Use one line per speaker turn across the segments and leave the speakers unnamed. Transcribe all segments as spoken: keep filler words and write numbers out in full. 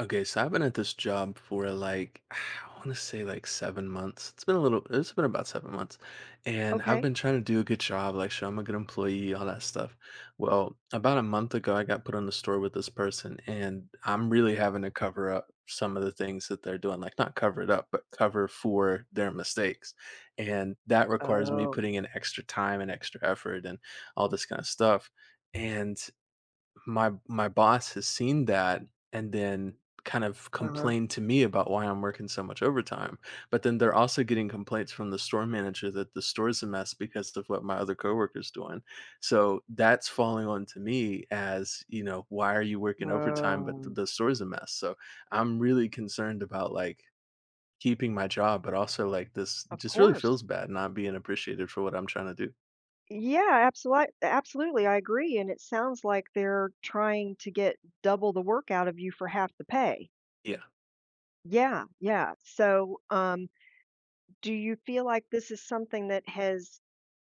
Okay, so I've been at this job for like I want to say like seven months. It's been a little. It's been about seven months, and I've
Okay.
been trying to do a good job, like show I'm a good employee, all that stuff. Well, about a month ago, I got put on the store with this person, and I'm really having to cover up some of the things that they're doing. Like not cover it up, but cover for their mistakes, and that requires me
Oh.
putting in extra time and extra effort and all this kind of stuff. And my my boss has seen that and then kind of
Uh-huh.
complained to me about why I'm working so much overtime. But then they're also getting complaints from the store manager that the store's a mess because of what my other coworker's doing. So that's falling on to me as, you know, why are you working overtime but the,
Um,
the store's a mess. So I'm really concerned about like keeping my job but also like this
of
just really
course.
feels bad not being appreciated for what I'm trying to do.
Yeah, absolutely. Absolutely, I agree. And it sounds like they're trying to get double the work out of you for half the pay.
Yeah.
Yeah, yeah. So, um, do you feel like this is something that has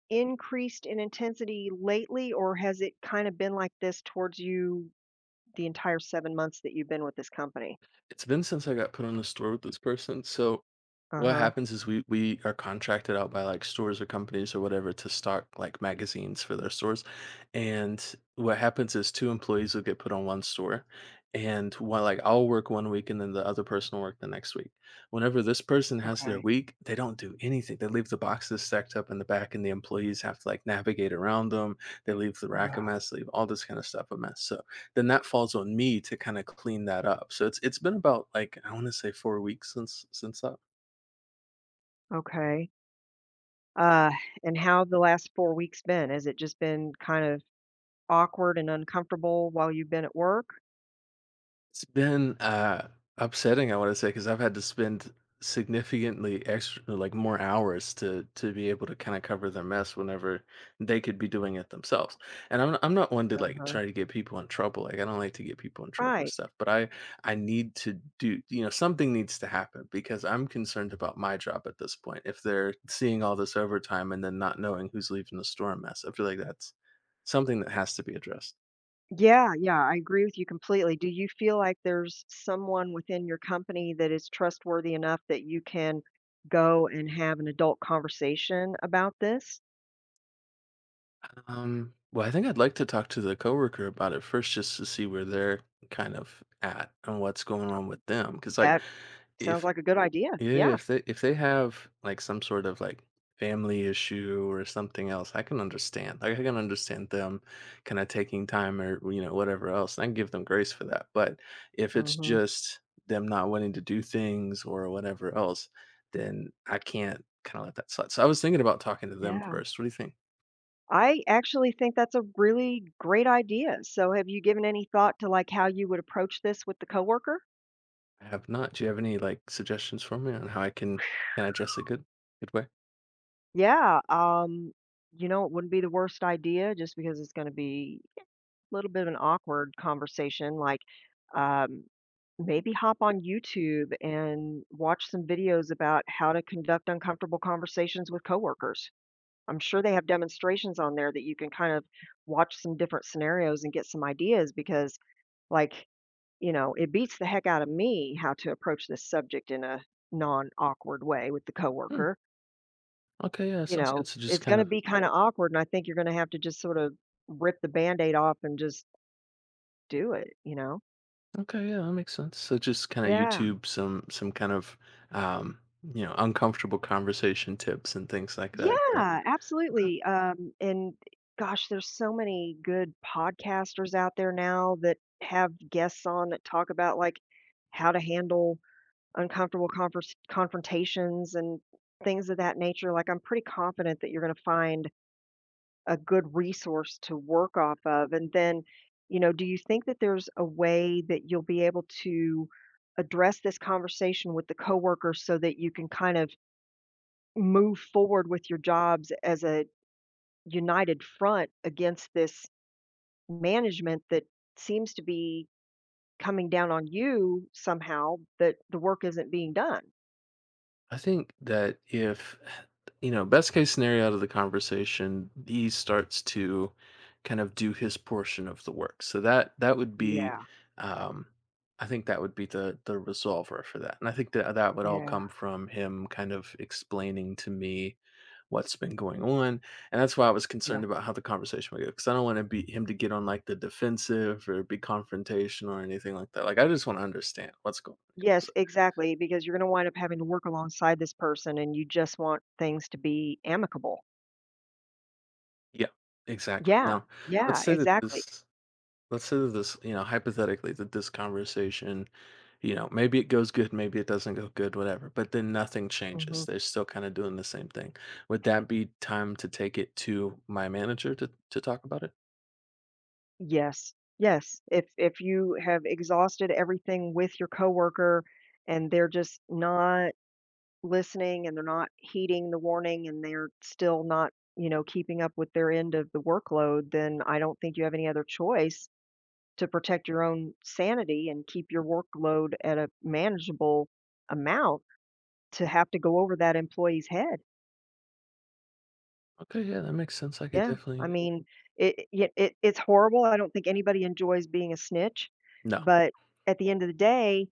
increased in intensity lately, or has it kind of been like this towards you the entire seven months that you've been with this company?
It's been since I got put on the store with this person. So what
Uh-huh.
happens is we we are contracted out by like stores or companies or whatever to stock like magazines for their stores, and what happens is two employees will get put on one store, and one like I'll work one week and then the other person will work the next week. Whenever this person has their
Okay.
week, they don't do anything. They leave the boxes stacked up in the back, and the employees have to like navigate around them. They leave the rack a
Ugh,
mess, leave all this kind of stuff a mess. So then that falls on me to kind of clean that up. So it's it's been about like I want to say four weeks since since that.
okay. Uh, and how the last four weeks been? Has it just been kind of awkward and uncomfortable while you've been at work?
It's been, uh, upsetting, I wanna say, because 'cause I've had to spend significantly extra like, more hours to to be able to kinda cover their mess whenever they could be doing it themselves, and I'm I'm not one to, like,
Uh-huh.
try to get people in trouble, like, I don't like to get people in trouble or
Right.
stuff, but I I need to do, you know, something needs to happen because I'm concerned about my job at this point. If they're seeing all this overtime and then not knowing who's leaving the store a mess, I feel like that's something that has to be addressed.
Yeah, yeah, I agree with you completely. Do you feel like there's someone within your company that is trustworthy enough that you can go and have an adult conversation about this?
Um, well, I think I'd like to talk to the coworker about it first just to see where they're kind of at and what's going on with them. Because, like,
That sounds
if
like a good idea.
yeah,
Yeah.
if they if they have like some sort of like family issue or something else, I can understand. Like I can understand them kind of taking time or you know whatever else, and I can give them grace for that. But if it's
Mhm.
just them not wanting to do things or whatever else, then I can't kind of let that slide. So I was thinking about talking to them
Yeah.
first. What do you think?
I actually think that's a really great idea. So have you given any thought to, like, how you would approach this with the coworker?
I have not. Do you have any like suggestions for me on how I can can I dress a good good way?
Yeah, um, you know, it wouldn't be the worst idea just because it's going to be a little bit of an awkward conversation. Like, um, maybe hop on YouTube and watch some videos about how to conduct uncomfortable conversations with coworkers. I'm sure they have demonstrations on there that you can kind of watch some different scenarios and get some ideas because, like, you know, it beats the heck out of me how to approach this subject in a non awkward way with the
Hmm.
coworker.
Okay, yeah,
You
sounds good.
know,
So just
it's
kind
gonna
of
be kinda awkward, and I think you're gonna have to just sort of rip the Band-Aid off and just do it, you know?
Okay, yeah, that makes sense. So just kind of
Yeah.
YouTube some some kind of um you know uncomfortable conversation tips and things like that. To-
Yeah, absolutely, um, and gosh, there's so many good podcasters out there now that have guests on that talk about, like, how to handle uncomfortable convers confrontations and things of that nature, like, I'm pretty confident that you're gonna find a good resource to work off of? And then, you know, do you think that there's a way that you'll be able to address this conversation with the coworkers so that you can kind of move forward with your jobs as a united front against this management that seems to be coming down on you somehow that the work isn't being done?
I think that if, you know, best case scenario out of the conversation, he starts to kind of do his portion of the work. So that that would be,
Yeah,
um, I think that would be the the resolver for that. And I think that that would all
yeah,
come from him kind of explaining to me what's been going on. And that's why I was
yeah.
concerned about how the conversation would go because I don't want to be him to get on like the defensive or be confrontational or anything like that. Like I just want to understand what's going on.
Yes,
So.
exactly, because you're going to wind up having to work alongside this person and you just want things to be amicable.
Yeah, exactly.
Yeah,
Now,
yeah,
let's say that
exactly.
this let's say that this, you know, hypothetically that this conversation, you know, maybe it goes good, maybe it doesn't go good, whatever, but then nothing changes.
Mhm.
They're still kind of doing the same thing. Would that be time to take it to my manager to to talk about it?
Yes, yes. If if you have exhausted everything with your coworker and they're just not listening and they're not heeding the warning and they're still not, you know, keeping up with their end of the workload, then I don't think you have any other choice to protect your own sanity and keep your workload at a manageable amount to have to go over that employee's head.
Okay, yeah, that makes sense. I could
Yeah, I
definitely
mean, it it yeah, it it's horrible, I don't think anybody enjoys being a snitch,
No.
but at the end of the day,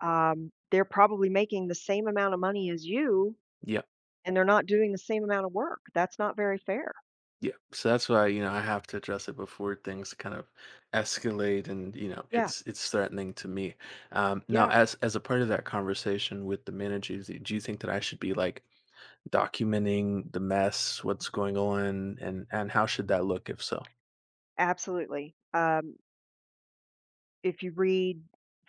um, they're probably making the same amount of money as you,
Yeah.
and they're not doing the same amount of work, that's not very fair.
Yeah, so that's why, you know, I have to address it before things kind of escalate and, you know,
Yeah,
it's it's threatening to me. Um, now,
yeah,
as as a part of that conversation with the managers, do you think that I should be like documenting the mess, what's going on, and and how should that look if so?
absolutely, um, if you read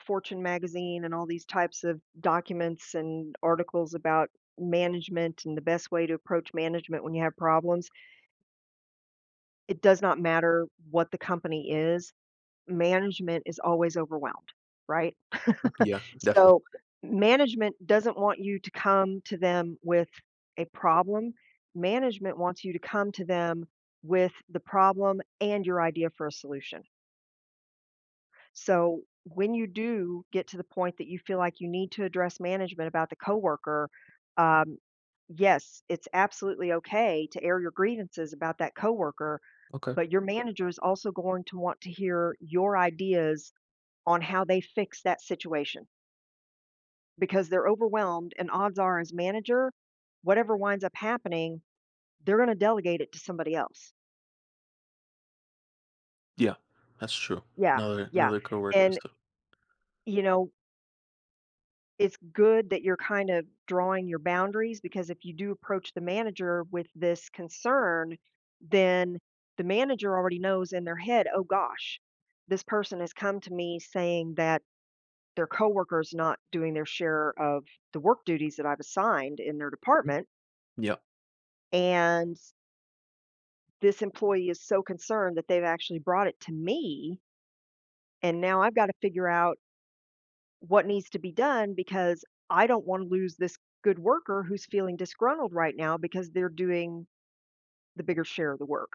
Fortune Magazine and all these types of documents and articles about management and the best way to approach management when you have problems, it does not matter what the company is, management is always overwhelmed, right?
Mm, yeah, definitely.
So management doesn't want you to come to them with a problem. Management wants you to come to them with the problem and your idea for a solution. So when you do get to the point that you feel like you need to address management about the coworker, um, yes, it's absolutely okay to air your grievances about that coworker,
Okay.
but your manager is also going to want to hear your ideas on how they fix that situation because they're overwhelmed. And odds are, as manager, whatever winds up happening, they're going to delegate it to somebody else.
Yeah, that's true.
Yeah,
Another
yeah.
another coworker.
And,
So,
you know, it's good that you're kind of drawing your boundaries because if you do approach the manager with this concern, then the manager already knows in their head, oh gosh, this person has come to me saying that their coworker's not doing their share of the work duties that I've assigned in their
mhm,
department.
yeah.
And this employee is so concerned that they've actually brought it to me, and now I've gotta figure out what needs to be done because I don't wanna lose this good worker who's feeling disgruntled right now because they're doing the bigger share of the work.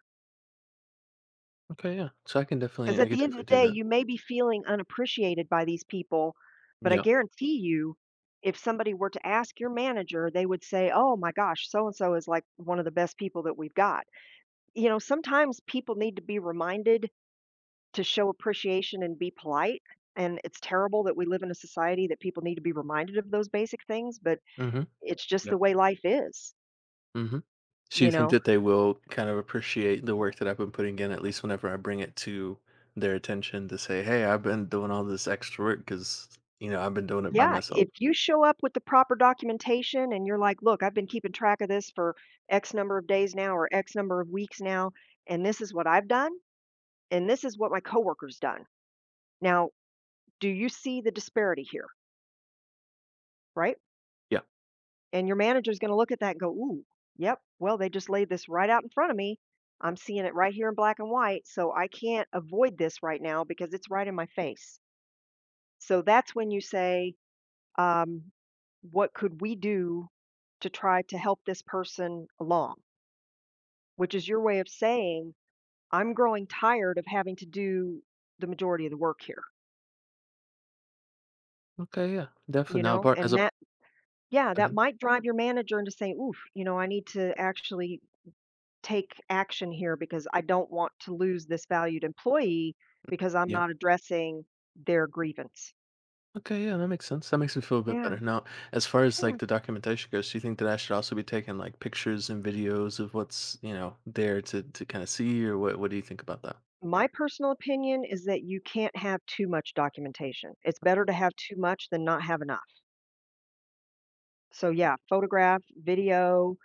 Okay. Yeah. So I can definitely
Because
I
at
could
the end of
definitely
the
do
day,
that.
you may be feeling unappreciated by these people, but I
Yeah.
guarantee you, if somebody were to ask your manager, they would say, "Oh my gosh, so and so is, like, one of the best people that we've got." You know, sometimes people need to be reminded to show appreciation and be polite. And it's terrible that we live in a society that people need to be reminded of those basic things, but
Mm-hmm.
it's just the way life is,
Mhm. So you
you
think
know?
that they will kind of appreciate the work that I've been putting in, at least whenever I bring it to their attention to say, "Hey, I've been doing all this extra work because, you know, I've been doing it by
Yeah,
myself."
if you show up with the proper documentation and you're like, look, I've been keeping track of this for X number of days now or X number of weeks now, and this is what I've done, and this is what my coworker's done. Now, do you see the disparity here? Right?
Yeah.
And your manager's gonna look at that and go, "Ooh, yep, well, they just laid this right out in front of me. I'm seeing it right here in black and white, so I can't avoid this right now because it's right in my face." So that's when you say, um, "What could we do to try to help this person along?" Which is your way of saying, "I'm growing tired of having to do the majority of the work here,"
Okay, yeah. Definitely.
you
Now,
know?
apart as
And
a
that yeah, that
uh.
might drive your manager into saying, "Oof, you know, I need to actually take action here because I don't want to lose this valued employee because I'm
Yeah.
not addressing their grievance."
Okay, yeah, that makes sense. That makes me feel a bit
Yeah,
better. Now, as far as, like,
yeah.
the documentation goes, do you think that I should also be taking, like, pictures and videos of what's, you know, there to to kinda see, or what what do you think about that?
My personal opinion is that you can't have too much documentation. It's better to have too much than not have enough. So yeah, photograph, video,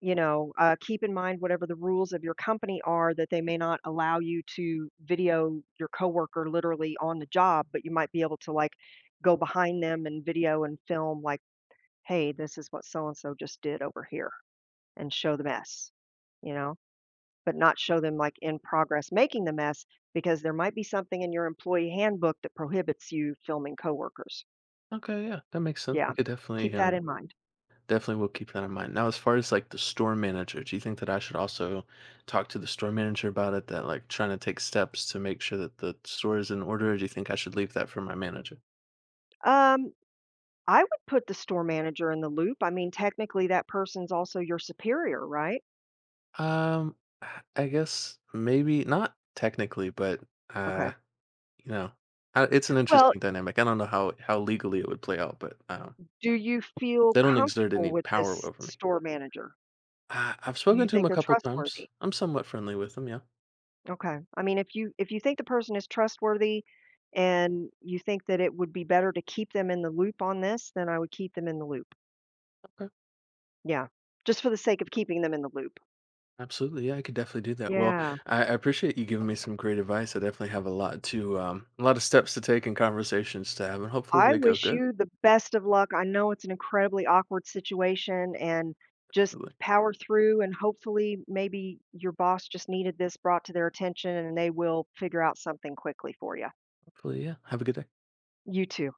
you know, uh, keep in mind whatever the rules of your company are that they may not allow you to video your coworker literally on the job, but you might be able to like go behind them and video and film like, "Hey, this is what so and so just did over here," and show the mess, you know, but not show them like in progress making the mess because there might be something in your employee handbook that prohibits you filming coworkers.
Okay, yeah, that makes sense. I
Yeah,
could definitely,
keep that
um
in mind.
definitely will keep that in mind. Now, as far as like the store manager, do you think that I should also talk to the store manager about it? That like trying to take steps to make sure that the store is in order. Or do you think I should leave that for my manager?
Um, I would put the store manager in the loop. I mean, technically, that person's also your superior, right?
Um, I I guess maybe not technically, but uh,
Okay.
you know, I- it's an
Well,
interesting dynamic. I don't know how how legally it would play out, but um,
do you feel
they don't exert
comfortable
any
with
power
this
over me.
store manager?
Uh, I've
Do
spoken
you
to him
think
a
they're
couple times.
trustworthy?
I'm somewhat friendly with him. Yeah.
Okay. I mean, if you if you think the person is trustworthy and you think that it would be better to keep them in the loop on this, then I would keep them in the loop. Yeah. Just for the sake of keeping them in the loop.
Absolutely, yeah, I could definitely do that. Well,
Yeah.
I, I appreciate you giving me some great advice. I definitely have a lot to, um, a lot of steps to take and conversations to have, and hopefully
I
they go
wish
good.
you the best of luck. I know it's an incredibly awkward situation and just
Absolutely.
power through and hopefully maybe your boss just needed this brought to their attention and they will figure out something quickly for you.
Hopefully, yeah. Have a good day.
You too.